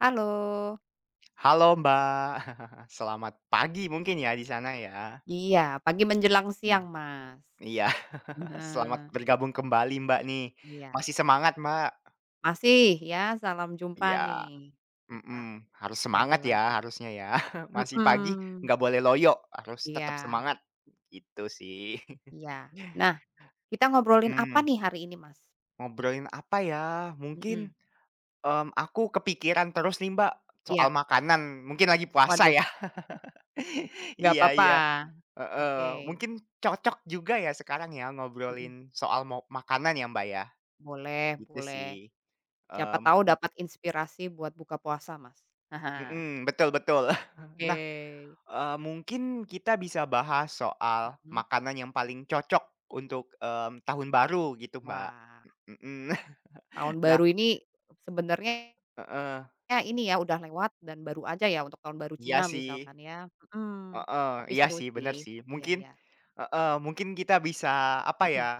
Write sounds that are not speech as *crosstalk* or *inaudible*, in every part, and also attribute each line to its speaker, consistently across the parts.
Speaker 1: Halo.
Speaker 2: Halo Mbak, *laughs* selamat pagi mungkin ya di sana ya?
Speaker 1: Iya, pagi menjelang
Speaker 2: Mmm,
Speaker 1: siang, Mas.
Speaker 2: iya, *laughs* selamat
Speaker 1: Heeh,
Speaker 2: bergabung kembali Mbak nih.
Speaker 1: iya.
Speaker 2: Masih semangat Mbak?
Speaker 1: Masih ya, salam jumpa
Speaker 2: Iya,
Speaker 1: nih, kita
Speaker 2: mhm, harus semangat
Speaker 1: ngobrol
Speaker 2: ya
Speaker 1: lagi.
Speaker 2: harusnya ya. *laughs* Masih pagi,
Speaker 1: Mhm,
Speaker 2: nggak boleh loyo, harus tetap
Speaker 1: iya
Speaker 2: semangat, gitu sih.
Speaker 1: iya. Nah,
Speaker 2: *laughs*
Speaker 1: kita ngobrolin apa
Speaker 2: Mmm,
Speaker 1: nih hari ini, Mas?
Speaker 2: ngobrolin apa ya? Mungkin,
Speaker 1: Mhm,
Speaker 2: aku kepikiran terus nih Mbak, soal
Speaker 1: iya.
Speaker 2: makanan, mungkin lagi puasa
Speaker 1: Waduh,
Speaker 2: ya. *laughs*
Speaker 1: nggak
Speaker 2: Iya
Speaker 1: apa-apa.
Speaker 2: iya.
Speaker 1: Oke,
Speaker 2: Heeh, mungkin cocok juga ya sekarang ya
Speaker 1: mhm.
Speaker 2: ngobrolin soal makanan ya, Mbak, ya,
Speaker 1: Boleh
Speaker 2: gitu
Speaker 1: boleh.
Speaker 2: sih,
Speaker 1: Siapa tahu
Speaker 2: mmm,
Speaker 1: dapat inspirasi buat buka puasa, Mas. *laughs*
Speaker 2: mhm, betul betul. *laughs* Nah,
Speaker 1: Oke.
Speaker 2: mungkin kita bisa bahas soal
Speaker 1: Mhm.
Speaker 2: makanan yang paling cocok untuk, tahun baru gitu, Mbak,
Speaker 1: Wah,
Speaker 2: mhm.
Speaker 1: tahun
Speaker 2: *laughs* Nah
Speaker 1: baru ini sebenarnya
Speaker 2: heeh,
Speaker 1: Ya ini ya, udah lewat dan baru aja ya untuk Tahun Baru
Speaker 2: iya
Speaker 1: Cina misalkan
Speaker 2: sih,
Speaker 1: ya, mhm,
Speaker 2: heeh,
Speaker 1: tapi
Speaker 2: iya
Speaker 1: seru
Speaker 2: sih, bener
Speaker 1: sih,
Speaker 2: sih,
Speaker 1: iya
Speaker 2: mungkin
Speaker 1: iya,
Speaker 2: heeh, mungkin kita bisa, apa
Speaker 1: mhm,
Speaker 2: ya,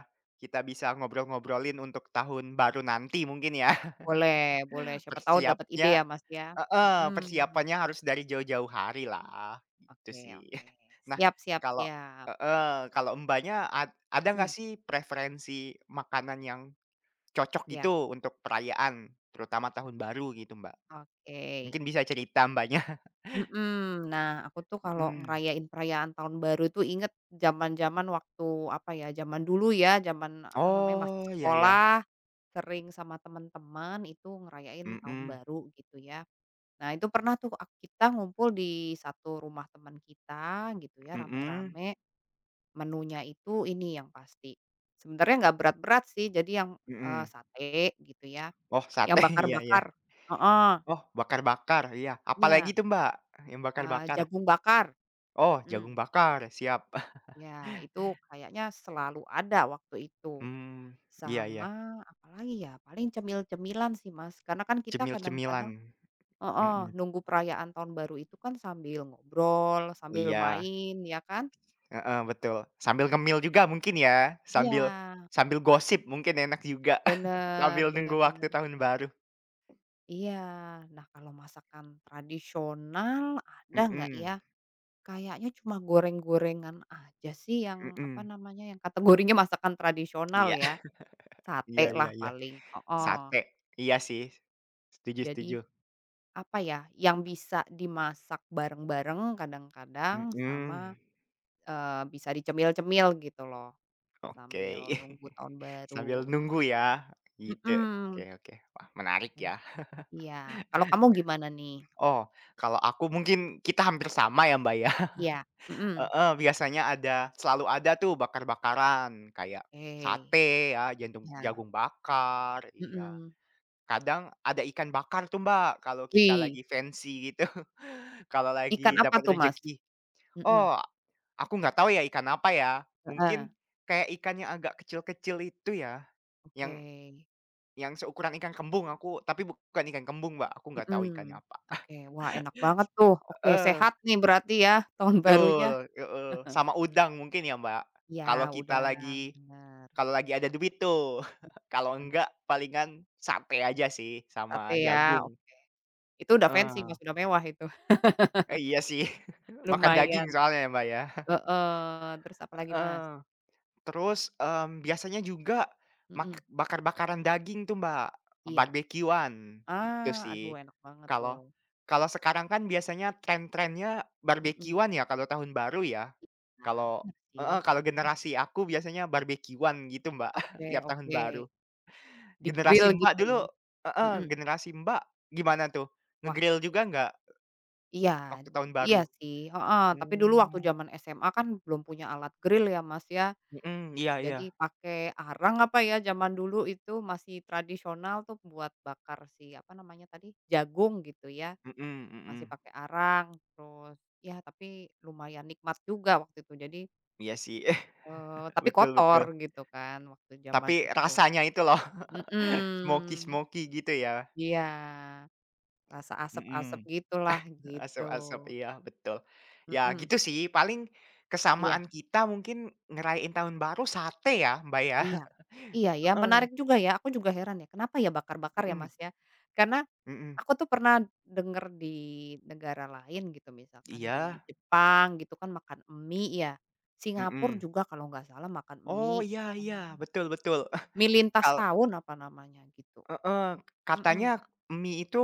Speaker 2: kita bisa ngobrol-ngobrolin untuk tahun baru nanti mungkin ya
Speaker 1: boleh boleh
Speaker 2: *laughs*
Speaker 1: siapa tahu dapat ide
Speaker 2: persiapnya
Speaker 1: ya Mas ya,
Speaker 2: Heeh,
Speaker 1: mhm,
Speaker 2: persiapannya harus dari jauh-jauh hari lah, gitu
Speaker 1: oke
Speaker 2: sih.
Speaker 1: oke,
Speaker 2: *laughs* Nah,
Speaker 1: siap siap
Speaker 2: kalau
Speaker 1: siap,
Speaker 2: heeh, kalau Mbaknya ada nggak
Speaker 1: mhm,
Speaker 2: sih preferensi makanan yang cocok
Speaker 1: iya,
Speaker 2: gitu untuk perayaan, terutama tahun baru gitu, Mbak?
Speaker 1: oke,
Speaker 2: Mungkin bisa cerita Mbaknya. *laughs*
Speaker 1: mhm, nah aku tuh kalau
Speaker 2: Mhm.
Speaker 1: ngerayain perayaan Tahun Baru tuh inget zaman-zaman waktu apa ya, zaman dulu ya, zaman apa namanya, masih
Speaker 2: Oh, iya iya.
Speaker 1: sekolah, sering sama teman-teman itu ngerayain Tahun
Speaker 2: Mhm
Speaker 1: Baru gitu ya. Nah, itu pernah tuh kita ngumpul di satu rumah teman kita gitu ya,
Speaker 2: mhm
Speaker 1: rame-rame, menunya itu ini yang pasti. Sebenarnya nggak berat-berat sih, jadi yang,
Speaker 2: mhm.
Speaker 1: sate gitu ya,
Speaker 2: Oh,
Speaker 1: yang
Speaker 2: sate, *laughs* iya ya.
Speaker 1: bakar-bakar heeh,
Speaker 2: Oh, bakar-bakar, iya.
Speaker 1: iya,
Speaker 2: Apalagi tuh, Mbak, yang bakar-bakar?
Speaker 1: jagung bakar,
Speaker 2: Oh,
Speaker 1: mhm,
Speaker 2: jagung bakar, siap. *laughs*
Speaker 1: ya itu kayaknya selalu ada waktu itu.
Speaker 2: Hmm iya ya.
Speaker 1: Sama apalagi ya, paling cemil-cemilan sih, Mas, karena kan kita
Speaker 2: Cemil-cemilan.
Speaker 1: kadang-kadang heeh,
Speaker 2: Mhm,
Speaker 1: nunggu perayaan tahun baru itu kan sambil ngobrol, sambil
Speaker 2: iya,
Speaker 1: main, ya kan?
Speaker 2: heeh, betul. Sambil ngemil juga mungkin ya, sambil
Speaker 1: Iya,
Speaker 2: sambil gosip mungkin enak juga, *laughs*
Speaker 1: bener
Speaker 2: sambil
Speaker 1: bener
Speaker 2: nunggu
Speaker 1: bener.
Speaker 2: waktu tahun baru.
Speaker 1: Iya. Nah, kalau masakan tradisional ada nggak ya?
Speaker 2: Mhm,
Speaker 1: Kayaknya cuma goreng-gorengan aja sih yang, apa
Speaker 2: mhm,
Speaker 1: namanya, yang kategorinya *laughs* masakan tradisional
Speaker 2: iya
Speaker 1: ya.
Speaker 2: *laughs* iya
Speaker 1: Sate lah
Speaker 2: iya iya,
Speaker 1: paling, heeh.
Speaker 2: sate, iya sih, setuju setuju.
Speaker 1: Jadi, apa ya, yang bisa dimasak bareng-bareng kadang-kadang sama,
Speaker 2: Mhm,
Speaker 1: bisa dicemil-cemil gitu loh,
Speaker 2: oke.
Speaker 1: sambil nunggu
Speaker 2: *laughs*
Speaker 1: tahun
Speaker 2: Sambil
Speaker 1: baru.
Speaker 2: nunggu ya, gitu, oke
Speaker 1: Mhm.
Speaker 2: oke. Wah menarik
Speaker 1: Kalau
Speaker 2: ya.
Speaker 1: iya. Kalau kamu gimana nih?
Speaker 2: Oh, kalau aku mungkin kita hampir sama ya, Mbak, ya.
Speaker 1: Iya, mhm.
Speaker 2: Heeh, biasanya ada selalu ada tuh bakar-bakaran kayak
Speaker 1: Oke,
Speaker 2: sate ya, jantung
Speaker 1: ya.
Speaker 2: jagung bakar, iya.
Speaker 1: Mhm.
Speaker 2: Kadang ada ikan bakar tuh, Mbak, kalau kita
Speaker 1: Wih,
Speaker 2: lagi fancy gitu, *laughs* kalau
Speaker 1: ikan
Speaker 2: lagi
Speaker 1: apa
Speaker 2: dapat
Speaker 1: tuh, Mas?
Speaker 2: rejeki.
Speaker 1: Mhm.
Speaker 2: Oh, aku nggak tahu ya ikan apa ya,
Speaker 1: Heeh,
Speaker 2: mungkin kayak ikan yang agak kecil-kecil itu ya,
Speaker 1: oke,
Speaker 2: yang yang seukuran ikan kembung aku tapi bukan ikan kembung, Mbak, aku nggak
Speaker 1: mhm.
Speaker 2: tahu ikannya apa.
Speaker 1: Oke,
Speaker 2: *laughs*
Speaker 1: wah enak banget tuh, oke
Speaker 2: Heeh,
Speaker 1: sehat nih berarti ya *laughs* tahun barunya.
Speaker 2: betul, heeh, sama udang mungkin ya, Mbak,
Speaker 1: Iya
Speaker 2: kalau kita
Speaker 1: udang,
Speaker 2: lagi
Speaker 1: bener,
Speaker 2: Kalau lagi ada duit tuh. *laughs* Kalau enggak palingan sate aja sih
Speaker 1: sate
Speaker 2: sama
Speaker 1: ya, ok
Speaker 2: jagung,
Speaker 1: itu udah fancy,
Speaker 2: heeh.
Speaker 1: Mas, udah mewah itu, *laughs*
Speaker 2: Eh, iya sih, *laughs* makan daging
Speaker 1: lumayan
Speaker 2: soalnya ya, Mbak, ya,
Speaker 1: heeh, terus apalagi, Mas?
Speaker 2: heeh. Terus, biasanya juga
Speaker 1: Mhm,
Speaker 2: bakar-bakaran daging tuh, Mbak,
Speaker 1: iya,
Speaker 2: barbekyuan, gitu
Speaker 1: ah,
Speaker 2: sih.
Speaker 1: aduh enak banget tuh,
Speaker 2: Kalau kalau sekarang kan biasanya tren-trennya
Speaker 1: mhm,
Speaker 2: barbekyuan ya kalau tahun baru ya.
Speaker 1: nah
Speaker 2: Kalau
Speaker 1: bener sih,
Speaker 2: heeh, kalau generasi aku biasanya barbekyuan gitu, Mbak, *laughs*
Speaker 1: oke
Speaker 2: tiap tahun
Speaker 1: oke,
Speaker 2: baru. Generasi
Speaker 1: di-grill
Speaker 2: Mbak
Speaker 1: gitu ya?
Speaker 2: dulu heeh,
Speaker 1: Mhm.
Speaker 2: generasi Mbak gimana tuh? Nge-grill juga nggak
Speaker 1: Iya
Speaker 2: waktu tahun
Speaker 1: iya
Speaker 2: baru?
Speaker 1: sih, heeh, tapi dulu waktu
Speaker 2: Mmm.
Speaker 1: zaman SMA kan belum punya alat grill ya, Mas, ya.
Speaker 2: Mhm, iya iya,
Speaker 1: Jadi pakai arang apa ya zaman dulu itu masih tradisional tuh buat bakar si apa namanya tadi, jagung gitu ya,
Speaker 2: mhm
Speaker 1: masih
Speaker 2: mhm.
Speaker 1: pakai arang terus ya tapi lumayan nikmat juga waktu itu jadi,
Speaker 2: Iya sih, *laughs*
Speaker 1: tapi
Speaker 2: betul
Speaker 1: kotor
Speaker 2: betul.
Speaker 1: gitu kan waktu zaman
Speaker 2: Tapi
Speaker 1: itu,
Speaker 2: rasanya itu loh, *laughs*
Speaker 1: mhm,
Speaker 2: smoky-smoky gitu ya?
Speaker 1: iya, rasa asap-asap
Speaker 2: Mhm,
Speaker 1: gitulah gitu,
Speaker 2: asap-asap, iya betul. Ya
Speaker 1: mhm.
Speaker 2: gitu sih,
Speaker 1: Iya.
Speaker 2: kesamaan kita mungkin ngerayain tahun baru sate ya, Mbak, ya?
Speaker 1: Iya. Iya ya,
Speaker 2: Heeh,
Speaker 1: menarik juga ya, aku juga heran ya, kenapa ya bakar-bakar ya, Mas,
Speaker 2: *laughs*
Speaker 1: ya? Karena
Speaker 2: mhm mhm.
Speaker 1: aku tuh pernah denger di negara lain gitu, misalkan di
Speaker 2: Iya,
Speaker 1: Jepang gitu kan makan mie ya, Singapura
Speaker 2: mhm.
Speaker 1: juga kalau nggak salah makan
Speaker 2: Oh,
Speaker 1: mie,
Speaker 2: iya
Speaker 1: mhm.
Speaker 2: iya,
Speaker 1: mie
Speaker 2: betul betul. *laughs*
Speaker 1: mie lintas
Speaker 2: Kalau
Speaker 1: tahun apa namanya gitu,
Speaker 2: Heeh,
Speaker 1: mhm,
Speaker 2: katanya mie itu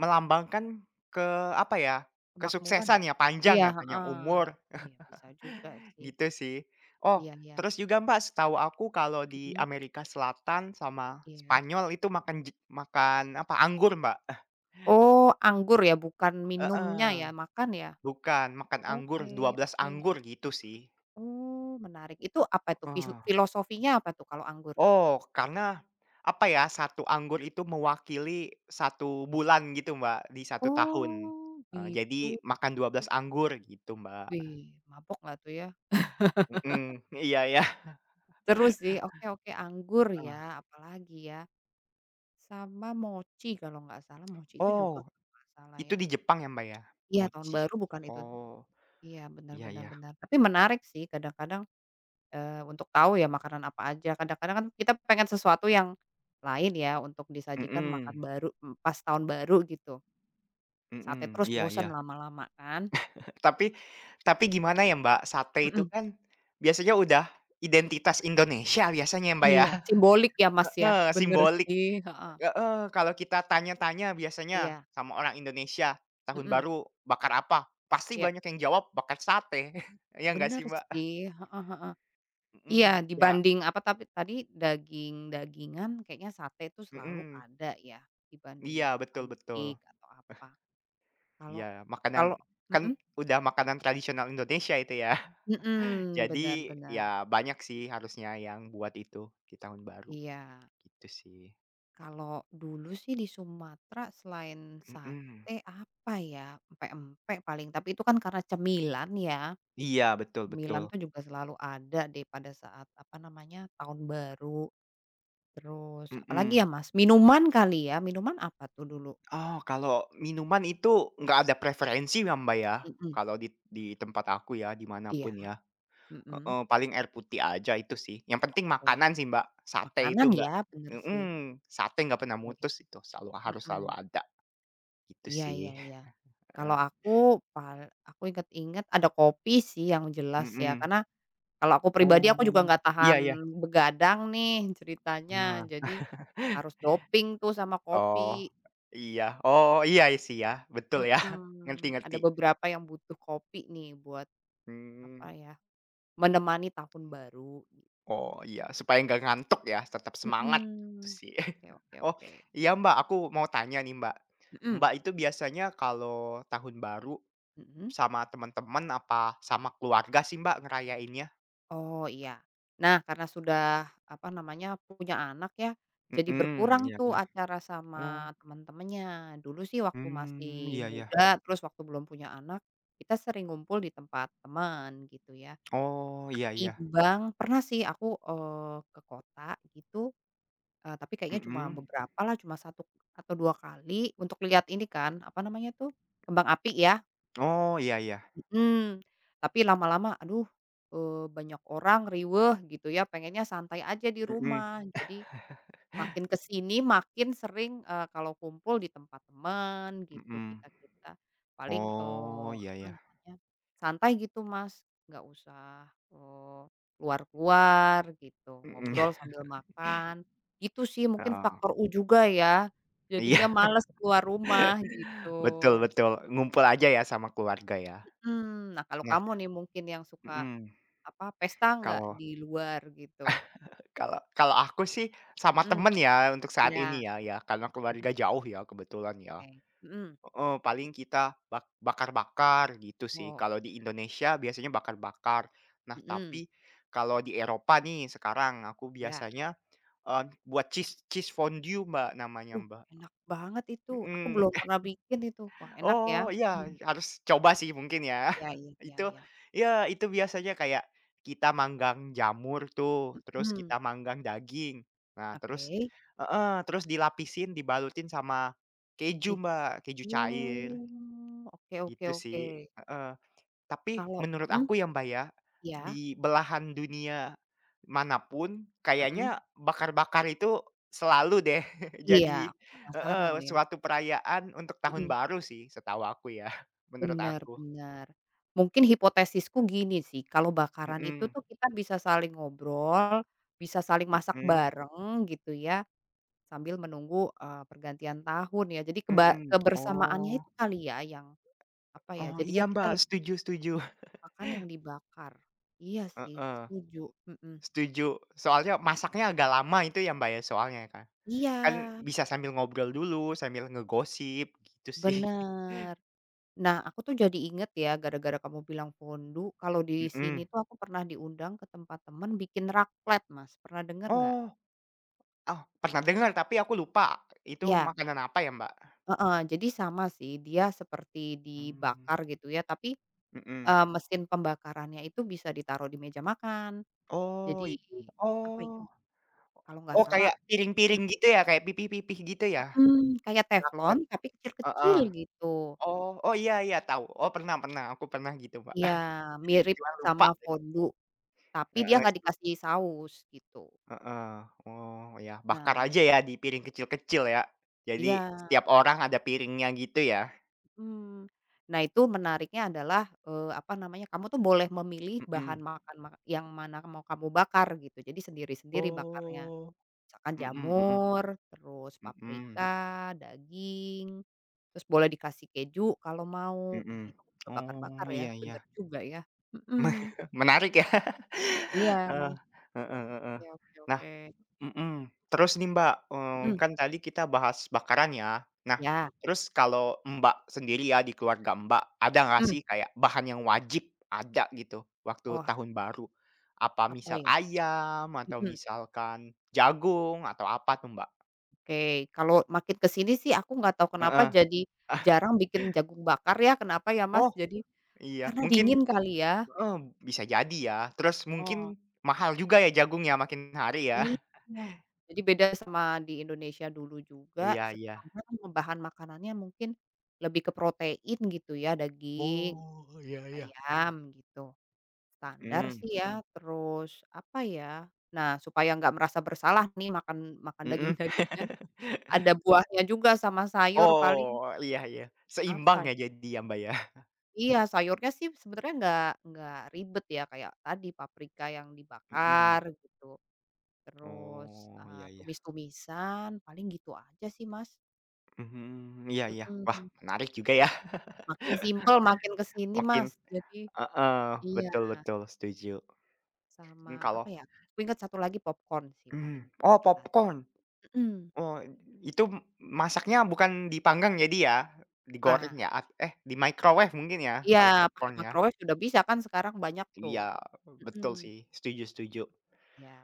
Speaker 2: melambangkan apa ya,
Speaker 1: kemakmuran ya?
Speaker 2: kesuksesan
Speaker 1: Iya,
Speaker 2: ya, panjang
Speaker 1: heeh.
Speaker 2: umur,
Speaker 1: Iya bisa juga
Speaker 2: *laughs*
Speaker 1: sih,
Speaker 2: gitu sih. Oh,
Speaker 1: iya iya,
Speaker 2: terus juga Mbak, setahu aku kalau di
Speaker 1: mhm,
Speaker 2: Amerika Selatan sama
Speaker 1: iya.
Speaker 2: Spanyol itu makan makan apa, anggur Mbak.
Speaker 1: Oh, anggur ya bukan minumnya
Speaker 2: Heeh,
Speaker 1: ya, makan ya?
Speaker 2: bukan, makan anggur, dua
Speaker 1: Oke
Speaker 2: belas
Speaker 1: oke.
Speaker 2: anggur gitu sih.
Speaker 1: Oh, menarik. Itu apa tuh
Speaker 2: Heeh.
Speaker 1: filosofinya apa tuh kalau anggur?
Speaker 2: Oh, karena apa ya, satu anggur itu mewakili satu bulan gitu, Mbak, di satu tahun.
Speaker 1: Oh,
Speaker 2: Jadi
Speaker 1: gitu.
Speaker 2: makan 12 anggur gitu, Mbak.
Speaker 1: Wih, mabok nggak tuh ya?
Speaker 2: Mhm, iya iya,
Speaker 1: Terus sih. Oke oke, anggur ya,
Speaker 2: heeh.
Speaker 1: apalagi ya? Sama mochi kalau nggak salah, mochi itu juga
Speaker 2: Oh,
Speaker 1: kalau nggak salah
Speaker 2: itu
Speaker 1: ya?
Speaker 2: di Jepang ya, Mbak, ya?
Speaker 1: Iya, tahun
Speaker 2: Mochi.
Speaker 1: baru bukan itu?
Speaker 2: Oh,
Speaker 1: Iya, benar
Speaker 2: iya
Speaker 1: benar
Speaker 2: iya.
Speaker 1: benar. Tapi menarik sih kadang-kadang, untuk tahu ya makanan apa aja. Kadang-kadang kan kita pengen sesuatu yang lain ya untuk disajikan makan
Speaker 2: Mhm,
Speaker 1: baru, pas tahun baru gitu. Sate
Speaker 2: mhm,
Speaker 1: terus
Speaker 2: iya
Speaker 1: bosan
Speaker 2: iya.
Speaker 1: lama-lama kan?
Speaker 2: Tapi tapi gimana ya, Mbak, sate itu
Speaker 1: Mhm.
Speaker 2: kan biasanya udah identitas Indonesia biasanya ya, Mbak, ya?
Speaker 1: Iya,
Speaker 2: *laughs*
Speaker 1: simbolik ya, Mas, ya,
Speaker 2: Heeh,
Speaker 1: bener
Speaker 2: simbolik
Speaker 1: sih, heeh,
Speaker 2: Heeh, kalau kita tanya-tanya biasanya
Speaker 1: iya,
Speaker 2: sama orang Indonesia, "Tahun
Speaker 1: mhm,
Speaker 2: baru bakar apa?" Pasti
Speaker 1: iya,
Speaker 2: banyak yang jawab, "Bakar sate." *laughs* Ya nggak
Speaker 1: bener
Speaker 2: sih, Mbak?
Speaker 1: sih, heeh,
Speaker 2: Mhm,
Speaker 1: iya,
Speaker 2: ya
Speaker 1: dibanding apa tapi tadi daging-dagingan kayaknya sate itu selalu
Speaker 2: mhm,
Speaker 1: ada ya, dibanding
Speaker 2: iya, betul
Speaker 1: misalkan
Speaker 2: betul.
Speaker 1: steak atau apa. Kalau
Speaker 2: Iya,
Speaker 1: kalau
Speaker 2: kan
Speaker 1: mhm
Speaker 2: udah makanan tradisional Indonesia itu ya. *laughs*
Speaker 1: mhm, bener
Speaker 2: Jadi,
Speaker 1: bener,
Speaker 2: ya banyak sih harusnya yang buat itu di tahun baru,
Speaker 1: iya.
Speaker 2: gitu sih.
Speaker 1: Kalau dulu sih di Sumatera selain
Speaker 2: Mhm.
Speaker 1: sate apa ya, empek-empek paling, tapi itu kan karena cemilan ya.
Speaker 2: Iya, betul betul.
Speaker 1: Milan tuh juga selalu ada deh pada saat, apa namanya, tahun baru, terus apalagi
Speaker 2: Mhm.
Speaker 1: ya, Mas? Minuman kali ya? Minuman apa tuh dulu?
Speaker 2: Oh, kalau minuman itu nggak ada preferensi ya, Mbak, ya?
Speaker 1: Mhm.
Speaker 2: Kalau di tempat aku ya,
Speaker 1: Iya,
Speaker 2: dimanapun ya,
Speaker 1: mhm,
Speaker 2: heeh, paling air putih aja itu sih, yang penting
Speaker 1: oke.
Speaker 2: makanan sih, Mbak, sate itu
Speaker 1: Makanan
Speaker 2: nggak
Speaker 1: ya, bener sih.
Speaker 2: mhm, sate nggak pernah
Speaker 1: Oke,
Speaker 2: mutus itu, selalu harus selalu
Speaker 1: mhm.
Speaker 2: ada, gitu
Speaker 1: Iya iya
Speaker 2: sih,
Speaker 1: iya.
Speaker 2: heeh,
Speaker 1: Kalau aku pal aku inget-inget ada kopi sih yang jelas ya,
Speaker 2: mhm.
Speaker 1: karena kalau aku pribadi
Speaker 2: Oh,
Speaker 1: aku juga nggak
Speaker 2: iya
Speaker 1: tahan
Speaker 2: iya,
Speaker 1: begadang nih ceritanya,
Speaker 2: heeh,
Speaker 1: jadi harus doping tuh sama
Speaker 2: oh,
Speaker 1: kopi.
Speaker 2: iya, oh, iya sih ya, betul ya, *laughs* ngerti
Speaker 1: Mhm, ada
Speaker 2: ngerti,
Speaker 1: beberapa yang butuh kopi nih buat
Speaker 2: mmm.
Speaker 1: apa ya, menemani tahun baru gitu.
Speaker 2: Oh, iya, supaya nggak ngantuk ya, tetap semangat, gitu
Speaker 1: Mhm.
Speaker 2: sih.
Speaker 1: Oke
Speaker 2: *laughs*
Speaker 1: oke
Speaker 2: Oh,
Speaker 1: oke.
Speaker 2: iya Mbak, aku mau tanya nih Mbak.
Speaker 1: Mhm,
Speaker 2: Mbak itu biasanya kalau tahun baru
Speaker 1: mhm.
Speaker 2: sama teman-teman apa sama keluarga sih Mbak ngerayainnya?
Speaker 1: Oh iya. Nah karena sudah apa namanya, punya anak ya, jadi
Speaker 2: Mhm,
Speaker 1: berkurang
Speaker 2: iya
Speaker 1: tuh
Speaker 2: iya.
Speaker 1: acara
Speaker 2: Oh,
Speaker 1: sama teman-temannya. Dulu sih waktu masih
Speaker 2: iya iya.
Speaker 1: muda, terus waktu belum punya anak, kita sering ngumpul di tempat teman gitu ya.
Speaker 2: Oh, iya iya.
Speaker 1: Ketimbang pernah sih aku, ke kota gitu Eee, tapi kayaknya cuma
Speaker 2: Mhm.
Speaker 1: beberapa lah, cuma satu atau 2 kali untuk lihat ini kan, apa namanya tuh, kembang api ya,
Speaker 2: Oh, iya iya.
Speaker 1: mhm. Tapi lama-lama aduh, banyak orang riweuh gitu ya, pengennya santai aja di
Speaker 2: Mhm
Speaker 1: rumah. Jadi Makin ke sini makin sering, kalau kumpul di tempat teman gitu,
Speaker 2: mhm.
Speaker 1: kita-kita. Paling,
Speaker 2: Oh, iya
Speaker 1: apa
Speaker 2: iya.
Speaker 1: namanya, santai gitu Mas, nggak usah, keluar-keluar gitu,
Speaker 2: Mhm,
Speaker 1: ngobrol sambil makan. Itu sih mungkin
Speaker 2: heeh.
Speaker 1: faktor
Speaker 2: *laughs*
Speaker 1: U juga ya,
Speaker 2: Iya,
Speaker 1: jadinya
Speaker 2: *laughs*
Speaker 1: males keluar rumah gitu.
Speaker 2: betul betul, ngumpul aja ya sama keluarga ya?
Speaker 1: Mhm, nah kalau
Speaker 2: Nah
Speaker 1: kamu nih mungkin yang suka,
Speaker 2: mhm,
Speaker 1: apa, pesta nggak
Speaker 2: kalau
Speaker 1: di luar gitu?
Speaker 2: Kalau kalau aku sih sama
Speaker 1: Mhm,
Speaker 2: temen ya untuk saat
Speaker 1: iya,
Speaker 2: ini ya ya karena
Speaker 1: mhm,
Speaker 2: keluarga jauh ya kebetulan ya.
Speaker 1: oke, mhm.
Speaker 2: Heeh, paling kita bakar-bakar gitu sih.
Speaker 1: Oh,
Speaker 2: Kalau
Speaker 1: asik
Speaker 2: di
Speaker 1: asik,
Speaker 2: Indonesia biasanya bakar-bakar. Nah
Speaker 1: mhm,
Speaker 2: tapi kalau di Eropa nih sekarang aku
Speaker 1: iya.
Speaker 2: biasanya, buat cheese cheese fondue Mbak namanya
Speaker 1: Uh,
Speaker 2: Mbak,
Speaker 1: enak banget itu. Aku
Speaker 2: mhm.
Speaker 1: belum pernah bikin itu. Wah, enak ya?
Speaker 2: Oh, iya,
Speaker 1: Mhm.
Speaker 2: harus coba sih mungkin ya.
Speaker 1: Iya iya
Speaker 2: *laughs*
Speaker 1: iya
Speaker 2: Itu
Speaker 1: iya.
Speaker 2: ya itu biasanya kayak kita manggang jamur tuh, terus
Speaker 1: Mhm.
Speaker 2: kita manggang daging. Nah,
Speaker 1: Oke,
Speaker 2: terus heeh, terus dilapisin, dibalutin sama keju,
Speaker 1: keju.
Speaker 2: Mbak, keju cair,
Speaker 1: Oh, oke oke
Speaker 2: gitu sih.
Speaker 1: oke.
Speaker 2: Tapi
Speaker 1: Kalau
Speaker 2: menurut
Speaker 1: mhm,
Speaker 2: aku ya, Mbak, ya,
Speaker 1: iya,
Speaker 2: di belahan dunia manapun
Speaker 1: mhm.
Speaker 2: kayaknya bakar-bakar itu selalu deh *laughs*
Speaker 1: Iya,
Speaker 2: jadi
Speaker 1: aku
Speaker 2: heeh,
Speaker 1: penasaran ya.
Speaker 2: suatu perayaan untuk tahun
Speaker 1: Mhm,
Speaker 2: baru sih setahu aku ya, *laughs* menurut
Speaker 1: bener
Speaker 2: aku.
Speaker 1: bener. Mungkin hipotesisku gini sih, kalau bakaran itu
Speaker 2: Mhm,
Speaker 1: tuh kita bisa saling ngobrol, bisa saling masak
Speaker 2: mhm,
Speaker 1: bareng gitu ya, sambil menunggu, pergantian tahun ya. Jadi
Speaker 2: mhm.
Speaker 1: kebersamaannya
Speaker 2: Oh,
Speaker 1: itu kali ya yang Apa ya,
Speaker 2: oh
Speaker 1: jadinya
Speaker 2: iya,
Speaker 1: kita
Speaker 2: Mbak,
Speaker 1: lebih
Speaker 2: setuju setuju.
Speaker 1: makan yang dibakar. Iya sih,
Speaker 2: Heeh,
Speaker 1: setuju, mhm.
Speaker 2: setuju. Soalnya masaknya agak lama itu ya, Mbak, ya, soalnya kan.
Speaker 1: Iya,
Speaker 2: Kan bisa sambil ngobrol dulu, sambil ngegosip gitu sih.
Speaker 1: bener. Nah, aku tuh jadi inget ya, gara-gara kamu bilang fondue, kalau di
Speaker 2: *laughs*
Speaker 1: sini
Speaker 2: Mhm.
Speaker 1: tuh aku pernah diundang ke tempat temen bikin raclette, Mas, pernah denger nggak?
Speaker 2: Oh. Oh, pernah dengar tapi aku lupa itu
Speaker 1: Ya
Speaker 2: makanan apa ya, Mbak?
Speaker 1: heeh, jadi sama sih, dia seperti
Speaker 2: Mmm,
Speaker 1: dibakar gitu ya, tapi,
Speaker 2: mhm.
Speaker 1: mesin pembakarannya itu bisa ditaruh di meja makan. Jadi,
Speaker 2: Oh, iya.
Speaker 1: apa ya,
Speaker 2: Oh.
Speaker 1: kalau nggak
Speaker 2: Oh,
Speaker 1: salah
Speaker 2: kayak piring-piring gitu ya, kayak pipih-pipih gitu ya?
Speaker 1: mhm, kayak teflon
Speaker 2: Coklat,
Speaker 1: tapi kecil-kecil
Speaker 2: heeh.
Speaker 1: gitu.
Speaker 2: Oh oh, iya iya, tahu. Oh, pernah pernah, aku pernah gitu, Mbak.
Speaker 1: Iya,
Speaker 2: *laughs*
Speaker 1: mirip
Speaker 2: Cuma lupa.
Speaker 1: sama fondue, tapi dia
Speaker 2: Heeh
Speaker 1: nggak
Speaker 2: sih,
Speaker 1: dikasih saus gitu.
Speaker 2: heeh. Oh, ya bakar
Speaker 1: Nah
Speaker 2: aja ya di piring kecil-kecil ya. Jadi
Speaker 1: iya,
Speaker 2: setiap orang ada piringnya gitu ya?
Speaker 1: mhm. Nah itu menariknya adalah, apa namanya, kamu tuh boleh memilih bahan
Speaker 2: Mhm.
Speaker 1: makan ma yang mana mau kamu bakar gitu, jadi sendiri-sendiri bakarnya.
Speaker 2: Oh.
Speaker 1: Misalkan
Speaker 2: Mhm mhm.
Speaker 1: jamur, terus
Speaker 2: Mhm.
Speaker 1: paprika, daging, terus boleh dikasih keju kalau
Speaker 2: Mhm.
Speaker 1: mau. Nah
Speaker 2: Mhm.
Speaker 1: itu suka bakar-bakar
Speaker 2: Oh,
Speaker 1: ya,
Speaker 2: iya iya.
Speaker 1: bener juga ya.
Speaker 2: Me-
Speaker 1: Mhm.
Speaker 2: *laughs* Menarik ya. *laughs*
Speaker 1: Iya,
Speaker 2: Heeh, heeh heeh.
Speaker 1: oke oke
Speaker 2: Nah
Speaker 1: oke.
Speaker 2: mhm, terus nih Mbak,
Speaker 1: Mhm,
Speaker 2: kan tadi kita bahas bakaran ya. Nah,
Speaker 1: iya,
Speaker 2: terus kalau Mbak sendiri ya, di keluarga Mbak, ada nggak
Speaker 1: mhm.
Speaker 2: sih kayak bahan yang wajib ada gitu waktu
Speaker 1: Wah,
Speaker 2: tahun baru? Apa
Speaker 1: apa
Speaker 2: misal
Speaker 1: ya?
Speaker 2: ayam atau
Speaker 1: Mhm,
Speaker 2: misalkan jagung atau apa tuh Mbak?
Speaker 1: oke. Kalau makin ke sini sih aku nggak tahu kenapa
Speaker 2: Heeh.
Speaker 1: jadi
Speaker 2: Ah,
Speaker 1: jarang bikin jagung bakar ya, kenapa ya, Mas?
Speaker 2: oh
Speaker 1: Jadi
Speaker 2: iya,
Speaker 1: karena
Speaker 2: mungkin
Speaker 1: dingin kali ya?
Speaker 2: heeh, bisa jadi ya. Terus
Speaker 1: Oh,
Speaker 2: mungkin mahal juga ya jagungnya makin hari ya? *laughs*
Speaker 1: iya. Jadi beda sama di Indonesia dulu juga,
Speaker 2: Iya iya.
Speaker 1: sekarang bahan makanannya mungkin lebih ke protein gitu ya, daging,
Speaker 2: Oh, iya iya.
Speaker 1: ayam gitu. Standar
Speaker 2: Mhm,
Speaker 1: sih ya, terus apa ya, nah supaya nggak merasa bersalah nih makan makan
Speaker 2: mhm.
Speaker 1: daging-dagingan, ada buahnya juga sama sayur paling,
Speaker 2: Oh, iya iya. Seimbang
Speaker 1: apa
Speaker 2: ya jadi ya, Mbak, ya?
Speaker 1: Iya, sayurnya sih sebenarnya nggak ribet ya, kayak tadi paprika yang
Speaker 2: Mhm.
Speaker 1: dibakar gitu, terus,
Speaker 2: Oh, iya iya.
Speaker 1: tumis-tumisan, paling gitu aja sih, Mas.
Speaker 2: Mhm, iya iya. Wah,
Speaker 1: Mhm,
Speaker 2: menarik juga ya,
Speaker 1: makin simpel makin ke sini,
Speaker 2: makin
Speaker 1: Mas, jadi
Speaker 2: heeh,
Speaker 1: iya,
Speaker 2: betul betul, setuju.
Speaker 1: sama apa
Speaker 2: Kalau
Speaker 1: ya, aku ingat satu lagi popcorn sih
Speaker 2: mmm,
Speaker 1: paling
Speaker 2: oh,
Speaker 1: kepikiran.
Speaker 2: popcorn.
Speaker 1: Mhm,
Speaker 2: Oh, itu masaknya bukan dipanggang jadi ya? Digoreng
Speaker 1: bukan.
Speaker 2: ya? At eh, di microwave mungkin ya,
Speaker 1: Iya,
Speaker 2: kalau
Speaker 1: pakai
Speaker 2: popcorn ya?
Speaker 1: microwave sudah bisa kan sekarang banyak tuh.
Speaker 2: Iya, betul
Speaker 1: Mhm,
Speaker 2: sih, setuju setuju.
Speaker 1: iya.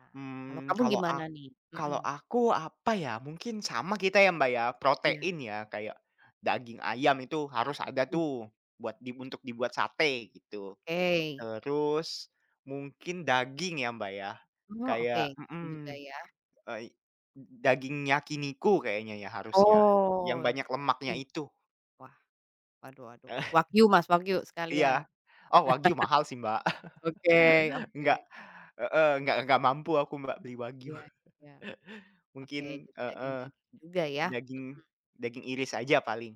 Speaker 1: Kalau
Speaker 2: Mmm,
Speaker 1: kamu gimana nih? Mhm,
Speaker 2: kalau aku apa ya, mungkin sama kita ya, Mbak, ya,
Speaker 1: iya,
Speaker 2: protein ya, kayak daging ayam itu harus ada
Speaker 1: mmm,
Speaker 2: tuh buat untuk dibuat sate gitu.
Speaker 1: oke.
Speaker 2: Terus mungkin daging ya, Mbak, ya,
Speaker 1: Oh, oke,
Speaker 2: kayak
Speaker 1: juga
Speaker 2: mhm,
Speaker 1: ya.
Speaker 2: eee, daging yakiniku kayaknya ya harus ya, yang
Speaker 1: Oh,
Speaker 2: banyak lemaknya
Speaker 1: mmm,
Speaker 2: itu.
Speaker 1: wah, waduh waduh waduh,
Speaker 2: *laughs*
Speaker 1: wagyu, Mas, wagyu
Speaker 2: Iya.
Speaker 1: sekalian.
Speaker 2: Oh, wagyu mahal sih, Mbak,
Speaker 1: Oke
Speaker 2: *laughs*
Speaker 1: oke,
Speaker 2: enggak heeh, enggak mampu aku, Mbak, beli wagyu.
Speaker 1: iya iya, oke,
Speaker 2: Mungkin
Speaker 1: jadi
Speaker 2: heeh.
Speaker 1: daging-daging juga ya, mhm,
Speaker 2: Daging daging iris aja paling,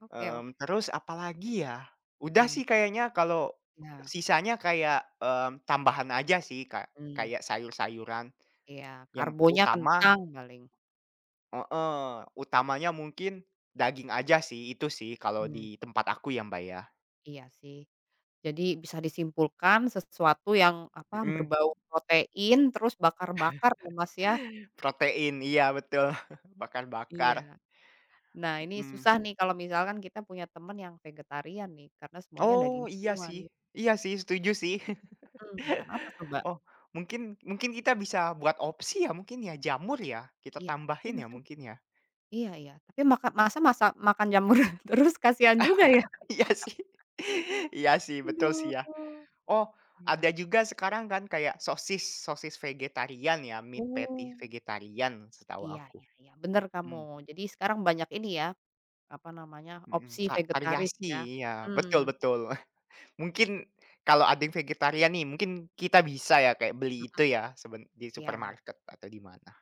Speaker 1: oke oke,
Speaker 2: terus apalagi ya, udah
Speaker 1: mhm,
Speaker 2: sih kayaknya kalau
Speaker 1: iya,
Speaker 2: sisanya kayak, tambahan aja sih Kak,
Speaker 1: mmm,
Speaker 2: kayak sayur-sayuran
Speaker 1: iya,
Speaker 2: yang
Speaker 1: karbonya
Speaker 2: utama
Speaker 1: kentang paling,
Speaker 2: heeh, utamanya mungkin daging aja sih, itu sih kalau
Speaker 1: mmm,
Speaker 2: di tempat aku ya Mbak ya,
Speaker 1: iya sih. Jadi bisa disimpulkan sesuatu yang, apa,
Speaker 2: mhm,
Speaker 1: berbau protein terus bakar-bakar ya, Mas, ya?
Speaker 2: protein iya betul, *laughs* bakar-bakar,
Speaker 1: Iya. Nah, ini
Speaker 2: mhm,
Speaker 1: susah nih kalau misalkan kita punya temen yang vegetarian nih, karena semuanya
Speaker 2: oh
Speaker 1: daging semua nih,
Speaker 2: iya sih setuju sih. *laughs*
Speaker 1: mhm, makan apa coba?
Speaker 2: Oh, mungkin mungkin kita bisa buat opsi ya mungkin ya, jamur ya? Kita
Speaker 1: Iya, tapi
Speaker 2: tambahin ya
Speaker 1: masa
Speaker 2: mungkin ya?
Speaker 1: iya iya, tapi maka masa masa makan jamur *laughs* terus kasihan juga ya?
Speaker 2: *laughs* Iya sih. *laughs* Iya sih, betul sih ya.
Speaker 1: Aduh.
Speaker 2: Oh, ada
Speaker 1: Iya.
Speaker 2: juga sekarang kan kayak sosis, sosis vegetarian ya, meat patty
Speaker 1: Oh,
Speaker 2: vegetarian setahu
Speaker 1: iya
Speaker 2: aku.
Speaker 1: iya iya, bener kamu.
Speaker 2: Hmm
Speaker 1: Jadi sekarang banyak ini ya, apa namanya,
Speaker 2: mhm,
Speaker 1: opsi vegetaris ya.
Speaker 2: variasi, ya betul
Speaker 1: Mhm,
Speaker 2: betul. *laughs* Mungkin kalau ada yang vegetarian nih, mungkin kita bisa ya kayak beli
Speaker 1: mhm,
Speaker 2: itu ya di
Speaker 1: iya,
Speaker 2: supermarket atau di mana.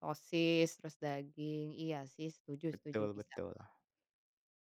Speaker 1: sosis, terus daging, iya sih setuju setuju,
Speaker 2: Betul
Speaker 1: bisa.
Speaker 2: betul.